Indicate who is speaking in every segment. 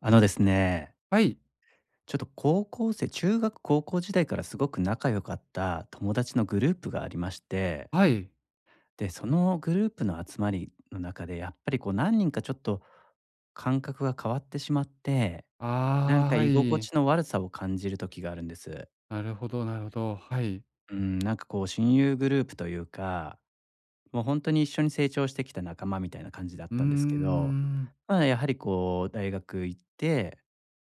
Speaker 1: あのですね、
Speaker 2: はい。
Speaker 1: ちょっと高校生中学高校時代からすごく仲良かった友達のグループがありまして、
Speaker 2: はい。
Speaker 1: で、そのグループの集まりの中で、やっぱりこう何人かちょっと感覚が変わってしまって、なん
Speaker 2: ああ、
Speaker 1: か
Speaker 2: は
Speaker 1: 居心地
Speaker 2: い。
Speaker 1: の悪さを感じる時があるんです。
Speaker 2: なるほどなるほど。はい。
Speaker 1: うん、なんかこう親友グループというか、もう本当に一緒に成長してきた仲間みたいな感じだっ
Speaker 2: うー
Speaker 1: たんですけど、
Speaker 2: ん。
Speaker 1: まあ、やはりこう大学行って、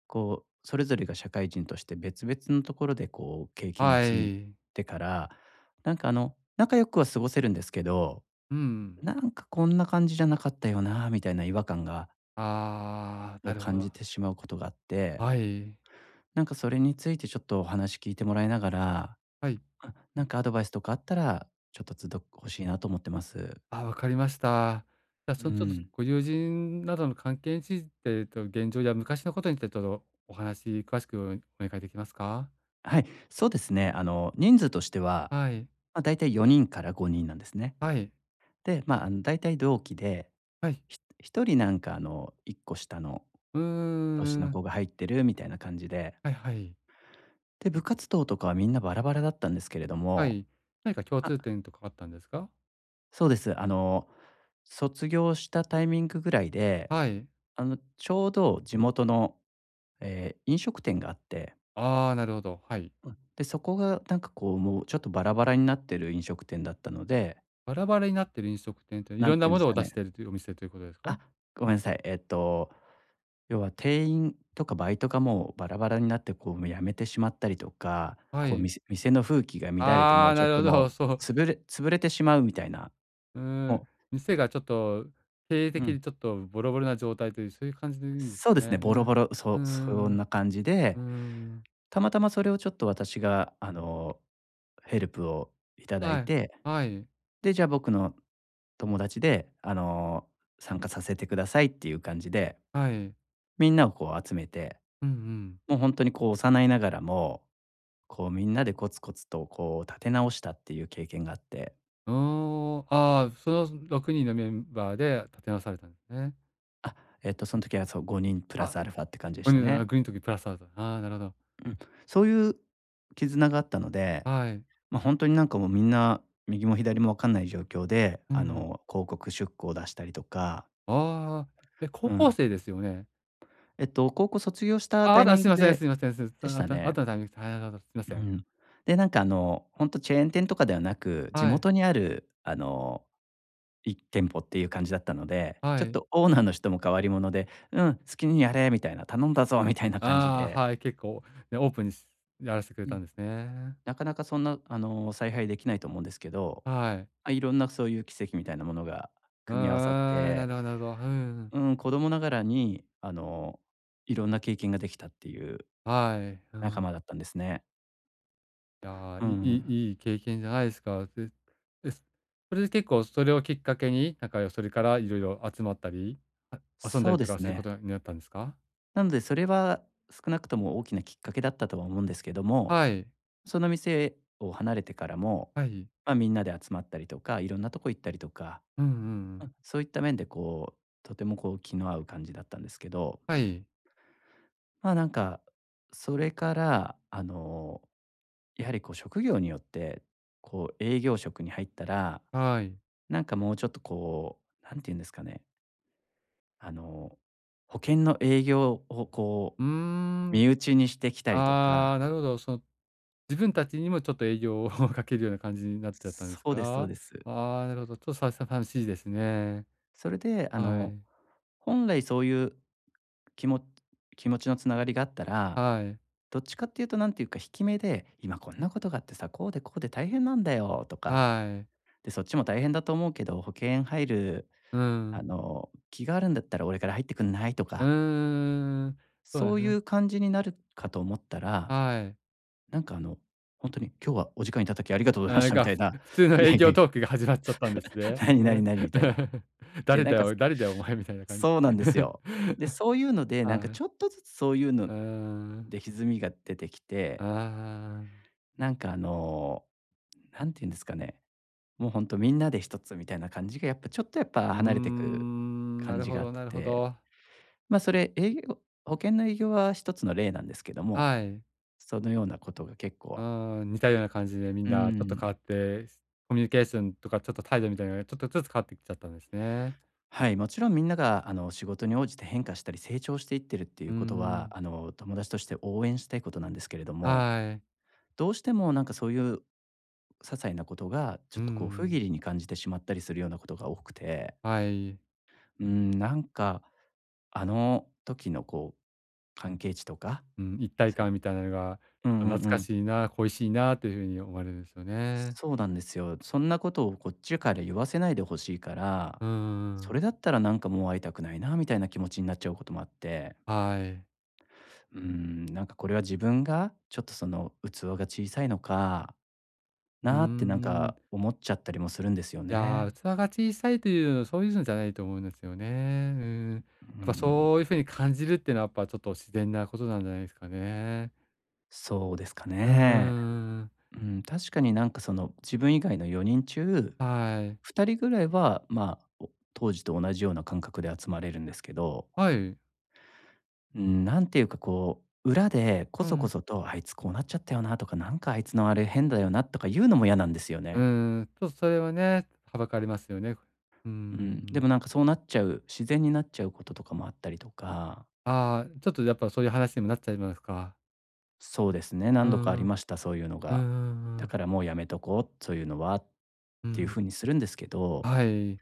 Speaker 1: こうそれぞれが社会人として別々のところでこう経験を
Speaker 2: は
Speaker 1: 積ん
Speaker 2: い。
Speaker 1: でから、なんか仲良くは過ごせるんですけど、
Speaker 2: うん。
Speaker 1: なんかこんな感じじゃなかったよなみたいな違和感
Speaker 2: ああ、
Speaker 1: を
Speaker 2: なるほ
Speaker 1: 感
Speaker 2: ど。
Speaker 1: じてしまうことがあって、
Speaker 2: はい。
Speaker 1: なんかそれについてちょっとお話聞いてもらいながら、
Speaker 2: はい。
Speaker 1: あ、なんかアドバイスとかあったら、ちょっとつど欲しいなと思ってます。
Speaker 2: あ、わかりました。じゃあ、
Speaker 1: う
Speaker 2: そのちょっと
Speaker 1: ん。
Speaker 2: ご友人などの関係について、現状や昔のことについてちょっとお話詳しくお願いできますか？
Speaker 1: はい、そうですね。人数としては、
Speaker 2: はい。
Speaker 1: まあ、だいたい4人から5人なんですね。
Speaker 2: はい。
Speaker 1: で、まあ、だいたい同期で、
Speaker 2: はい。
Speaker 1: 1人なんか、1個下の
Speaker 2: うー
Speaker 1: 年の
Speaker 2: ん。
Speaker 1: 子が入ってるみたいな感じで、
Speaker 2: はいはい。
Speaker 1: で、部活動とかはみんなバラバラだったんですけれど
Speaker 2: は
Speaker 1: も。
Speaker 2: い。何か共
Speaker 1: あ、
Speaker 2: 通点とかあったんですか？
Speaker 1: そうです。卒業したタイミングぐらいで、
Speaker 2: はい。
Speaker 1: ちょうど地元の、飲食店があって、
Speaker 2: ああ、なるほど。はい。
Speaker 1: うん、で、そこがなんかこう、もうちょっとバラバラになってる飲食店だったので、
Speaker 2: バラバラになってる飲食店って、い
Speaker 1: なん
Speaker 2: ろん
Speaker 1: て
Speaker 2: な
Speaker 1: いうん
Speaker 2: も
Speaker 1: です
Speaker 2: のを
Speaker 1: か
Speaker 2: 出し
Speaker 1: ね。
Speaker 2: てるというお店ということです
Speaker 1: あ、
Speaker 2: か？
Speaker 1: ごめんなさい。要は店員とかバイトがもうバラバラになって、こう、もう辞めてしまったりとか、
Speaker 2: は
Speaker 1: こう、
Speaker 2: い。
Speaker 1: 店の風紀が乱れて、も
Speaker 2: あ
Speaker 1: う
Speaker 2: あ、
Speaker 1: ちょ
Speaker 2: な
Speaker 1: っ
Speaker 2: る
Speaker 1: と
Speaker 2: ほ
Speaker 1: も
Speaker 2: ど、
Speaker 1: う、
Speaker 2: そ
Speaker 1: つぶれ潰れてしまうみたいな、
Speaker 2: う、
Speaker 1: もう。
Speaker 2: 店がちょっと経営
Speaker 1: う
Speaker 2: 的
Speaker 1: ん、
Speaker 2: にちょっとボロボロな状態という、そういう感じの意味です
Speaker 1: そう
Speaker 2: か
Speaker 1: ですね、
Speaker 2: ね。う
Speaker 1: ボロボ
Speaker 2: ん。
Speaker 1: ロ、
Speaker 2: う
Speaker 1: そ
Speaker 2: んうんう
Speaker 1: ん
Speaker 2: ん
Speaker 1: な感じ
Speaker 2: う
Speaker 1: で、
Speaker 2: ーん。
Speaker 1: たまたまそれをちょっと私が、ヘルプをいただい
Speaker 2: はい。
Speaker 1: て、
Speaker 2: はい。
Speaker 1: で、じゃあ僕の友達で、参加させてくださいっていう感じで、
Speaker 2: はい。
Speaker 1: みんなをこう集めて、
Speaker 2: うんうん。
Speaker 1: もう本当にこう幼いながらもこうみんなでコツコツとこう立て直したっていう経験があって、
Speaker 2: おああ、その6人のメンバーで立て直されたんですね。
Speaker 1: あ、その時はそう5人プラス
Speaker 2: あ、
Speaker 1: アルファって感じでし
Speaker 2: ご
Speaker 1: た
Speaker 2: にん
Speaker 1: ね。
Speaker 2: のグリーンの時プラスアルファ、ああ、なるほど。
Speaker 1: うん。そういう絆があったので、
Speaker 2: はい。
Speaker 1: 本当になんかもうみんな右も左も分かんない状況で、
Speaker 2: うん。
Speaker 1: 広告出稿を出したりとか、
Speaker 2: ああ、え、高
Speaker 1: う
Speaker 2: 校
Speaker 1: ん。
Speaker 2: 生ですよね？
Speaker 1: 高校卒業した
Speaker 2: あ、
Speaker 1: タ
Speaker 2: あ
Speaker 1: イ
Speaker 2: と、あ、
Speaker 1: ミン
Speaker 2: すい
Speaker 1: グ
Speaker 2: ません
Speaker 1: で
Speaker 2: すいません、すそ
Speaker 1: でし
Speaker 2: のあ
Speaker 1: た
Speaker 2: とあ
Speaker 1: ね。
Speaker 2: とのタイミングではい、なるほど、すいま
Speaker 1: う
Speaker 2: せん。
Speaker 1: ん。で、なんか本当チェーン店とかではなく、地
Speaker 2: はい、
Speaker 1: 元にあるあの1店舗っていう感じだったので、
Speaker 2: は
Speaker 1: ちょっ
Speaker 2: い。
Speaker 1: とオーナーの人も変わり者で、「うん、好きにやれ」みたいな、「頼んだぞ」みたいな感じ
Speaker 2: ああ、
Speaker 1: で、
Speaker 2: はい、結構、ね、オープンにやらしてくれ
Speaker 1: う
Speaker 2: た
Speaker 1: ん、
Speaker 2: んですね。
Speaker 1: なかなかそんな、采配できないと思うんですけど、
Speaker 2: はい。
Speaker 1: まあ、いろんなそういう奇跡みたいなものが
Speaker 2: う
Speaker 1: 組み合わさっ
Speaker 2: ーん、な
Speaker 1: て、
Speaker 2: るほどなるほど。うん、
Speaker 1: うん、子供ながらに、いろんな経験ができたっていう
Speaker 2: はい、う
Speaker 1: 仲
Speaker 2: ん。
Speaker 1: 間だったんですね。
Speaker 2: いや、
Speaker 1: う
Speaker 2: いい
Speaker 1: ん、
Speaker 2: いいい経験じゃないですか。です。それで結構それをきっかけに、なんか、それから色々集まったり、あ遊んだ
Speaker 1: そう
Speaker 2: り
Speaker 1: で
Speaker 2: とか
Speaker 1: す
Speaker 2: するこ
Speaker 1: ね。
Speaker 2: とになったんですか？
Speaker 1: なのでそれは少なくとも大きなきっかけだったとは思うんですけども、
Speaker 2: はい、
Speaker 1: その店を離れてからも、
Speaker 2: はい。
Speaker 1: まあ、みんなで集まったりとか、いろんなとこ行ったりとか、
Speaker 2: うんうんう
Speaker 1: う
Speaker 2: ん。
Speaker 1: ん、そういった面でこう、とてもこう気の合う感じだったんですけど、
Speaker 2: はい、
Speaker 1: ま、なんか、それから、やはりこう職業によって、こう営業職に入ったら、
Speaker 2: はい。
Speaker 1: なんかもうちょっとこう、んて言うんですかね、あの、保険の営業をこ
Speaker 2: う
Speaker 1: う
Speaker 2: ーん、
Speaker 1: 身内にしてきたりと
Speaker 2: あ
Speaker 1: か。
Speaker 2: あ、なるほど、自分たちにもちょっと営業を かけるような感じになっちゃったんで
Speaker 1: そ
Speaker 2: す
Speaker 1: う
Speaker 2: か
Speaker 1: です
Speaker 2: ら、
Speaker 1: そうです。
Speaker 2: ああ、なるほど、ちょっと寂しいですね。
Speaker 1: それで
Speaker 2: はい。
Speaker 1: 本来そういうきも気持ちのつながりがあったら、
Speaker 2: はい。
Speaker 1: どっちかっていうとなんていうか、引き目で「今こんなことがあってさ、こうでこうで大変なんだよ」とか、
Speaker 2: はい。
Speaker 1: で「そっちも大変だと思うけど、保険入る、
Speaker 2: うん。
Speaker 1: 気があるんだったら俺から入ってくんない？」と
Speaker 2: う
Speaker 1: か、
Speaker 2: ーん。そうで
Speaker 1: そ
Speaker 2: す
Speaker 1: うい
Speaker 2: ね。
Speaker 1: う感じになるかと思ったら、
Speaker 2: はい。
Speaker 1: なんか本当に「今日はお時間いただきありがとうご
Speaker 2: あ、
Speaker 1: ざいまし
Speaker 2: なん
Speaker 1: た」み
Speaker 2: か、
Speaker 1: た
Speaker 2: ふ
Speaker 1: いな、
Speaker 2: 普 通の
Speaker 1: 「いや
Speaker 2: 営
Speaker 1: いや
Speaker 2: 業
Speaker 1: い
Speaker 2: トー
Speaker 1: や
Speaker 2: クが始まっちゃったんです ね。
Speaker 1: 何
Speaker 2: う
Speaker 1: 何
Speaker 2: ん。
Speaker 1: 何？」みたいな。で、
Speaker 2: 誰
Speaker 1: なん
Speaker 2: だ
Speaker 1: か
Speaker 2: よ誰だよお前みたいな感じ。
Speaker 1: そうなんですよ。で、そういうので、なんか
Speaker 2: は
Speaker 1: ち
Speaker 2: い。
Speaker 1: ょっとずつそういうの
Speaker 2: うーん。
Speaker 1: で歪みが出てきて、
Speaker 2: ああ。
Speaker 1: なんかなんて言うんですかね、もうほんとみんなで一つみたいな感じがやっぱちょっとやっぱ
Speaker 2: うー
Speaker 1: 離れてく
Speaker 2: ん、な
Speaker 1: 感
Speaker 2: る
Speaker 1: じ
Speaker 2: ほ
Speaker 1: があっ
Speaker 2: どなるほ
Speaker 1: て、
Speaker 2: ど。
Speaker 1: ま、それ保険の営業は一つの例なんですけども、
Speaker 2: はい。
Speaker 1: そのようなことが結構。
Speaker 2: ああ、似たような感じでみん
Speaker 1: う
Speaker 2: なちょっと変
Speaker 1: ん、
Speaker 2: わって、コミュニケーションとかちょっと態度みたいなのがちょっとずつ変わってきちゃったんですね。
Speaker 1: はい、もちろんみんながあの仕事に応じて変化したり成長していってるってい
Speaker 2: う
Speaker 1: う
Speaker 2: ー
Speaker 1: ことは、
Speaker 2: ん。
Speaker 1: あの友達として応援したいことなんですけれども、
Speaker 2: はい。
Speaker 1: どうしてもなんかそういう些細なことがち
Speaker 2: う
Speaker 1: ょっとこう不義
Speaker 2: ん。
Speaker 1: 理に感じてしまったりするようなことが多くて、
Speaker 2: はい。
Speaker 1: うん、なんかあの時のこう、関係値とか、
Speaker 2: うん、一体
Speaker 1: そ
Speaker 2: 感みたいなのが、
Speaker 1: うん
Speaker 2: ちょ
Speaker 1: う
Speaker 2: っと
Speaker 1: ん
Speaker 2: 懐
Speaker 1: う
Speaker 2: か
Speaker 1: ん。
Speaker 2: しいな、恋しいなという風に思われるんですよね。
Speaker 1: そうなんですよ。そんなことをこっちから言わせないでほしいから、
Speaker 2: うん
Speaker 1: そ
Speaker 2: ん
Speaker 1: れだったらなんかもう会いたくないなみたいな気持ちになっちゃうこともあって、
Speaker 2: はい。
Speaker 1: うーん、なんかこれは自分がちょっとその器が小さいのか
Speaker 2: うー
Speaker 1: なってなん
Speaker 2: ん。
Speaker 1: か思っちゃったりもするんですよ
Speaker 2: いや
Speaker 1: ね。
Speaker 2: ー、器が小さいという、のそういうのじゃないと思うんですよね。うん。やっ
Speaker 1: う
Speaker 2: ぱ
Speaker 1: ん、
Speaker 2: そういう風に感じるっていうのはやっぱちょっと自然なことなんじゃないですかね。
Speaker 1: そうですか
Speaker 2: うーう
Speaker 1: ね。
Speaker 2: ん。
Speaker 1: うん、確かになんかその自分以外の4人中
Speaker 2: はい。
Speaker 1: 2人ぐらいは、まあ、当時と同じような感覚で集まれるんですけど、
Speaker 2: はい。
Speaker 1: うん、なんていうかこう、裏でこ
Speaker 2: うう
Speaker 1: そこ
Speaker 2: ん。
Speaker 1: そと「あいつこうなっちゃったよな」とか「なんかあいつのあれ変だよな」とか言うのも嫌なんですよ
Speaker 2: う
Speaker 1: ね。
Speaker 2: ーん、ちょっとそれはね、はばかれますよね。うー
Speaker 1: うん、で
Speaker 2: ん。
Speaker 1: もなんかそうなっちゃう、自然になっちゃうこととかもあったりとか、
Speaker 2: ああ、ちょっとやっぱそういう話にもなっちゃいますか。
Speaker 1: そうですね、
Speaker 2: う
Speaker 1: 何度かあ
Speaker 2: ん
Speaker 1: り
Speaker 2: うん
Speaker 1: ました、そういうの
Speaker 2: うんう
Speaker 1: が。
Speaker 2: んうんう
Speaker 1: だ
Speaker 2: ん。
Speaker 1: からもうやめとこう、そういうのはっていう風にするんですけど、
Speaker 2: はい。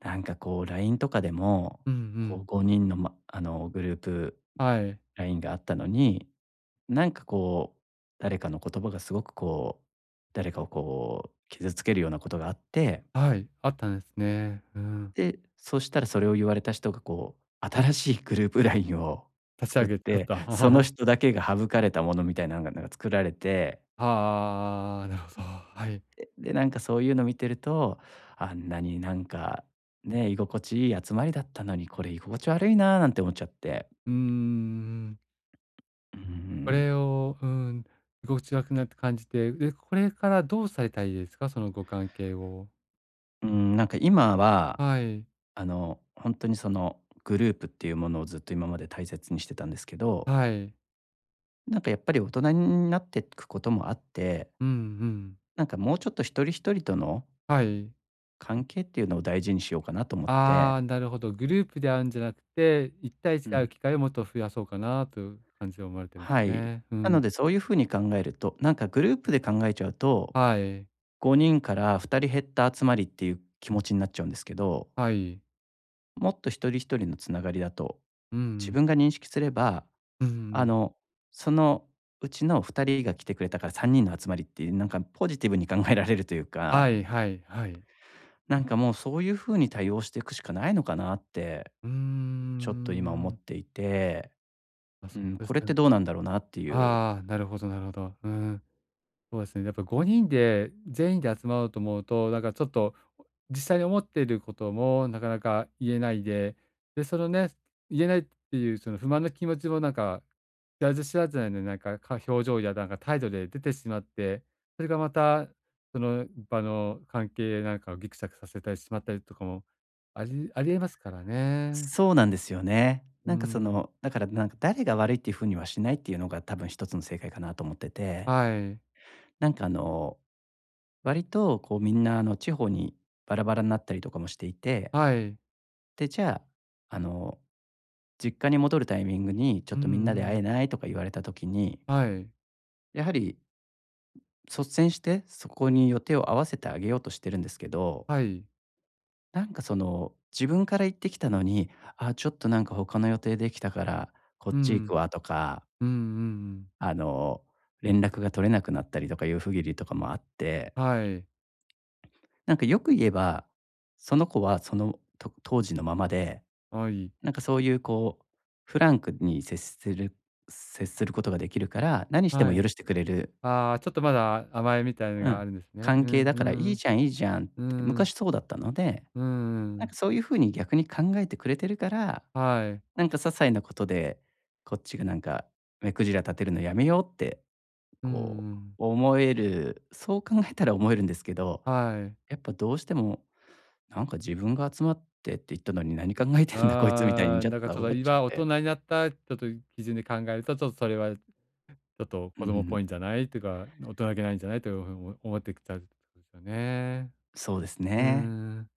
Speaker 1: なんかこう LINE とかでも、
Speaker 2: うんう
Speaker 1: こう
Speaker 2: ん。
Speaker 1: 5人の、グループ
Speaker 2: はい。
Speaker 1: LINE があったのに、なんかこう、誰かの言葉がすごくこう、誰かをこう傷つけるようなことがあって、
Speaker 2: はい、あったんですね。うん。
Speaker 1: で、そしたらそれを言われた人がこう、新しいグループラインを
Speaker 2: 立ち
Speaker 1: 作
Speaker 2: 上
Speaker 1: っ
Speaker 2: げちゃっ
Speaker 1: て、
Speaker 2: た。
Speaker 1: その 人だけが省かれたものみたいなのがなんか作られて、
Speaker 2: ああ、なるほど。はい。
Speaker 1: で、なんかそういうの見てると、あんなになんか、ね、居心地いい集まりだったのに、これ居心地悪いなあなんて思っちゃって。
Speaker 2: うーん。
Speaker 1: うん
Speaker 2: こ
Speaker 1: う
Speaker 2: れを、うん、居心地が悪くなって感じて、で、これからどうされたいですか？そのご関係を。
Speaker 1: ん、なんか今は
Speaker 2: はい。
Speaker 1: 本当にそのグループっていうものをずっと今まで大切にしてたんですけど、
Speaker 2: はい。
Speaker 1: なんかやっぱり大人になっていくこともあって、
Speaker 2: うんうん。
Speaker 1: なんかもうちょっと一人一人との
Speaker 2: はい。
Speaker 1: 関係っていうのを大事にしようかなと思って、
Speaker 2: ああ、なるほど。グループで会うんじゃなくて、1対1
Speaker 1: う
Speaker 2: で会う
Speaker 1: ん、
Speaker 2: 機会をもっと増やそうかなという感じで思われてるんです
Speaker 1: は
Speaker 2: か
Speaker 1: い。
Speaker 2: ね。う
Speaker 1: なの
Speaker 2: ん。
Speaker 1: でそういうふうに考えると、なんかグループで考えちゃうと、
Speaker 2: はい。
Speaker 1: 5人から2人減った集まりっていう気持ちになっちゃうんですけど、
Speaker 2: はい。
Speaker 1: もっと一人一人のつながりだと、
Speaker 2: う
Speaker 1: 自
Speaker 2: ん。
Speaker 1: 分が認識すれば
Speaker 2: う
Speaker 1: あ
Speaker 2: ん。
Speaker 1: の、そのうちの2人が来てくれたから3人の集まりってなんかポジティブに考えられるという
Speaker 2: は
Speaker 1: か、
Speaker 2: いはいはい。
Speaker 1: なんかもうそういう風に対応していくしかないのかなって、
Speaker 2: うー
Speaker 1: ちょっと今思っ
Speaker 2: ん。
Speaker 1: ていて、
Speaker 2: あ、
Speaker 1: う
Speaker 2: そ
Speaker 1: ん、
Speaker 2: うで
Speaker 1: こ
Speaker 2: す
Speaker 1: れって
Speaker 2: ね。
Speaker 1: どうなんだろうなっていう。
Speaker 2: ああ、なるほどなるほど。うん。そうですね。やっぱ5人で、全員で集まろうと思うと、なんかちょっと、実際に思っていることもなかなか言えないで、で、そのね、言えないっていうその不満の気持ちもなんか、知らず知らずなのになんか、表情やなんか態度で出てしまって、それがまた、その場の関係なんかをギクシャクさせたりしまったりとかも、ありえますからね。
Speaker 1: そうなんですよね。な
Speaker 2: う
Speaker 1: んかそ
Speaker 2: ん。
Speaker 1: の、だからなんか誰が悪いっていう風にはしないっていうのが多分一つの正解かなと思ってて、
Speaker 2: はい。
Speaker 1: なんか割とこうみんなあの地方にバラバラになったりとかもしていて、
Speaker 2: はい。
Speaker 1: で、じゃあ、あの実家に戻るタイミングに「ちょっ
Speaker 2: うん
Speaker 1: とみんなで
Speaker 2: う
Speaker 1: 会
Speaker 2: ん。
Speaker 1: えない？」とか言われた時に、
Speaker 2: はい。
Speaker 1: やはり率先してそこに予定を合わせてあげようとしてるんですけど、
Speaker 2: はい。
Speaker 1: なんかその、自分から言ってきたのに「あ、ちょっとなんか他の予定できたからこ
Speaker 2: う
Speaker 1: っち行
Speaker 2: ん。
Speaker 1: くわ」とか、
Speaker 2: うんうんうん。
Speaker 1: あの、連絡が取れなくなったりとかいう不義理とかもあって、
Speaker 2: はい。
Speaker 1: なんかよく言えば、その子はその当時のままで、
Speaker 2: あ、いい。
Speaker 1: なんかそういうこうフランクに接することができるから、何して
Speaker 2: は
Speaker 1: も
Speaker 2: い。
Speaker 1: 許してくれる、
Speaker 2: ああ、ちょっとまだ甘えみたいの
Speaker 1: う
Speaker 2: が
Speaker 1: ん、
Speaker 2: あるんですね。う
Speaker 1: 関係
Speaker 2: ん、
Speaker 1: だか
Speaker 2: う
Speaker 1: らいい
Speaker 2: ん、
Speaker 1: じゃんいいじゃんっ
Speaker 2: う
Speaker 1: て、
Speaker 2: ん、
Speaker 1: 昔そうだったので、
Speaker 2: うんう
Speaker 1: なんか
Speaker 2: ん。
Speaker 1: そういう風に逆に考えてくれてるから、
Speaker 2: はい。
Speaker 1: なんか些細なことで、こっちがなんか目くじら立てるのやめようって、
Speaker 2: うんう
Speaker 1: こう
Speaker 2: ん
Speaker 1: 思える、そう考えたら思えるんですけど、
Speaker 2: はいうんはい
Speaker 1: やっぱどうしてもなんか自分が集まってって言ったのに何考えてんだこいつみたい
Speaker 2: あ
Speaker 1: に
Speaker 2: あ、
Speaker 1: ちょっ
Speaker 2: なんか
Speaker 1: と
Speaker 2: ちょっ
Speaker 1: 思
Speaker 2: と
Speaker 1: っちゃっ
Speaker 2: 今大
Speaker 1: て。
Speaker 2: 人になったちょっと基準で考えると、ちょっとそれはちょっと
Speaker 1: う
Speaker 2: 子供っ
Speaker 1: ん、
Speaker 2: ぽいんじゃないというか、大人げないんじゃないというふうに思ってきちゃうってことですよね。
Speaker 1: そうです
Speaker 2: う
Speaker 1: ね。
Speaker 2: ん。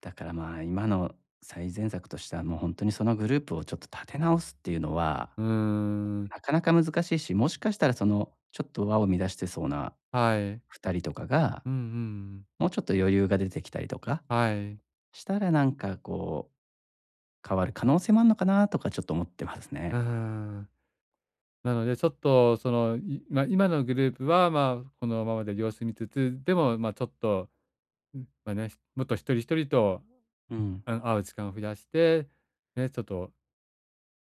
Speaker 1: だからまあ今の最善策としてはもう本当にそのグループをちょっと立て直すっていうのは
Speaker 2: うん。
Speaker 1: なかなか難しいし、もしかしたらその、ちょっと和を乱してそうな
Speaker 2: はい。
Speaker 1: 二人とかが、
Speaker 2: うんうん。
Speaker 1: もうちょっと余裕が出てきたりとか
Speaker 2: はい。
Speaker 1: したら、なんかこう、変わる可能性もあるのかなとかちょっと思ってます
Speaker 2: う
Speaker 1: ね。
Speaker 2: ん。なので、ちょっとその、いまあ、今のグループは、まあ、このままで様子見つつ、でも、まあ、ちょっと、うん。ま、ね、もっと一人一人と、
Speaker 1: うん。
Speaker 2: 会う時間を増やして、ね、ちょっと、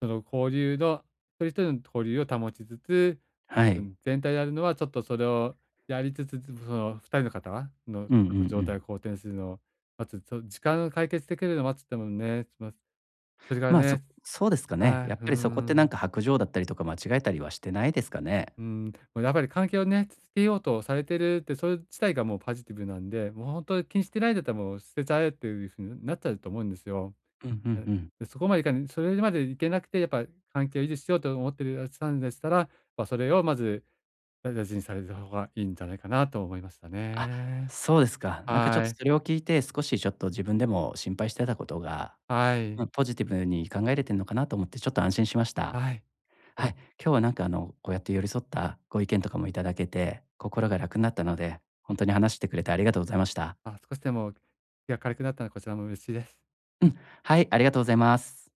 Speaker 2: その交流の一人一人の交流を保ちつつ、
Speaker 1: は
Speaker 2: う
Speaker 1: い。
Speaker 2: ん、全体でやるのはちょっとそれをやりつつ、その2人の方のち
Speaker 1: うんうんう
Speaker 2: ょっと状態を
Speaker 1: ん。
Speaker 2: 好転するのを待つ、そう時間を解決できるのを待つってもね、ま、それから
Speaker 1: まあ、そ
Speaker 2: ね
Speaker 1: そうですかね。
Speaker 2: はい、
Speaker 1: やっ
Speaker 2: うー
Speaker 1: ぱりそこってなん
Speaker 2: ん。
Speaker 1: か白状だったりとか間違えたりはしてないですかね？
Speaker 2: うん、もうやっぱり関係をね、つけようとされてるって、それ自体がもうポジティブなんで、もう本当に気にしてないんだったらもう捨てちゃえっていうふうになっちゃうと思うんですよ。
Speaker 1: うんう
Speaker 2: う
Speaker 1: ん
Speaker 2: ん。
Speaker 1: うん。
Speaker 2: で、そこまでいかない、それまでいけなくて、やっぱ関係を維持しようと思ってるあしたんでしたら、まあ、それをまず、大事にされた方がいいんじゃないかなと思いました
Speaker 1: あ、
Speaker 2: ね。
Speaker 1: そうですか。なんかちょっ
Speaker 2: は
Speaker 1: と
Speaker 2: い、
Speaker 1: それを聞いて、少しちょっと自分でも心配してたことが、
Speaker 2: は
Speaker 1: う
Speaker 2: い、
Speaker 1: ん、ポジティブに考えれてるのかなと思ってちょっと安心しました。
Speaker 2: はい。
Speaker 1: はい、今日はなんかこうやって寄り添ったご意見とかもいただけて、心が楽になったので、本当に話してくれてありがとうございました。
Speaker 2: あ、少しでも気が軽くなったらこちらも嬉しいです。
Speaker 1: うん、はい、ありがとうございます。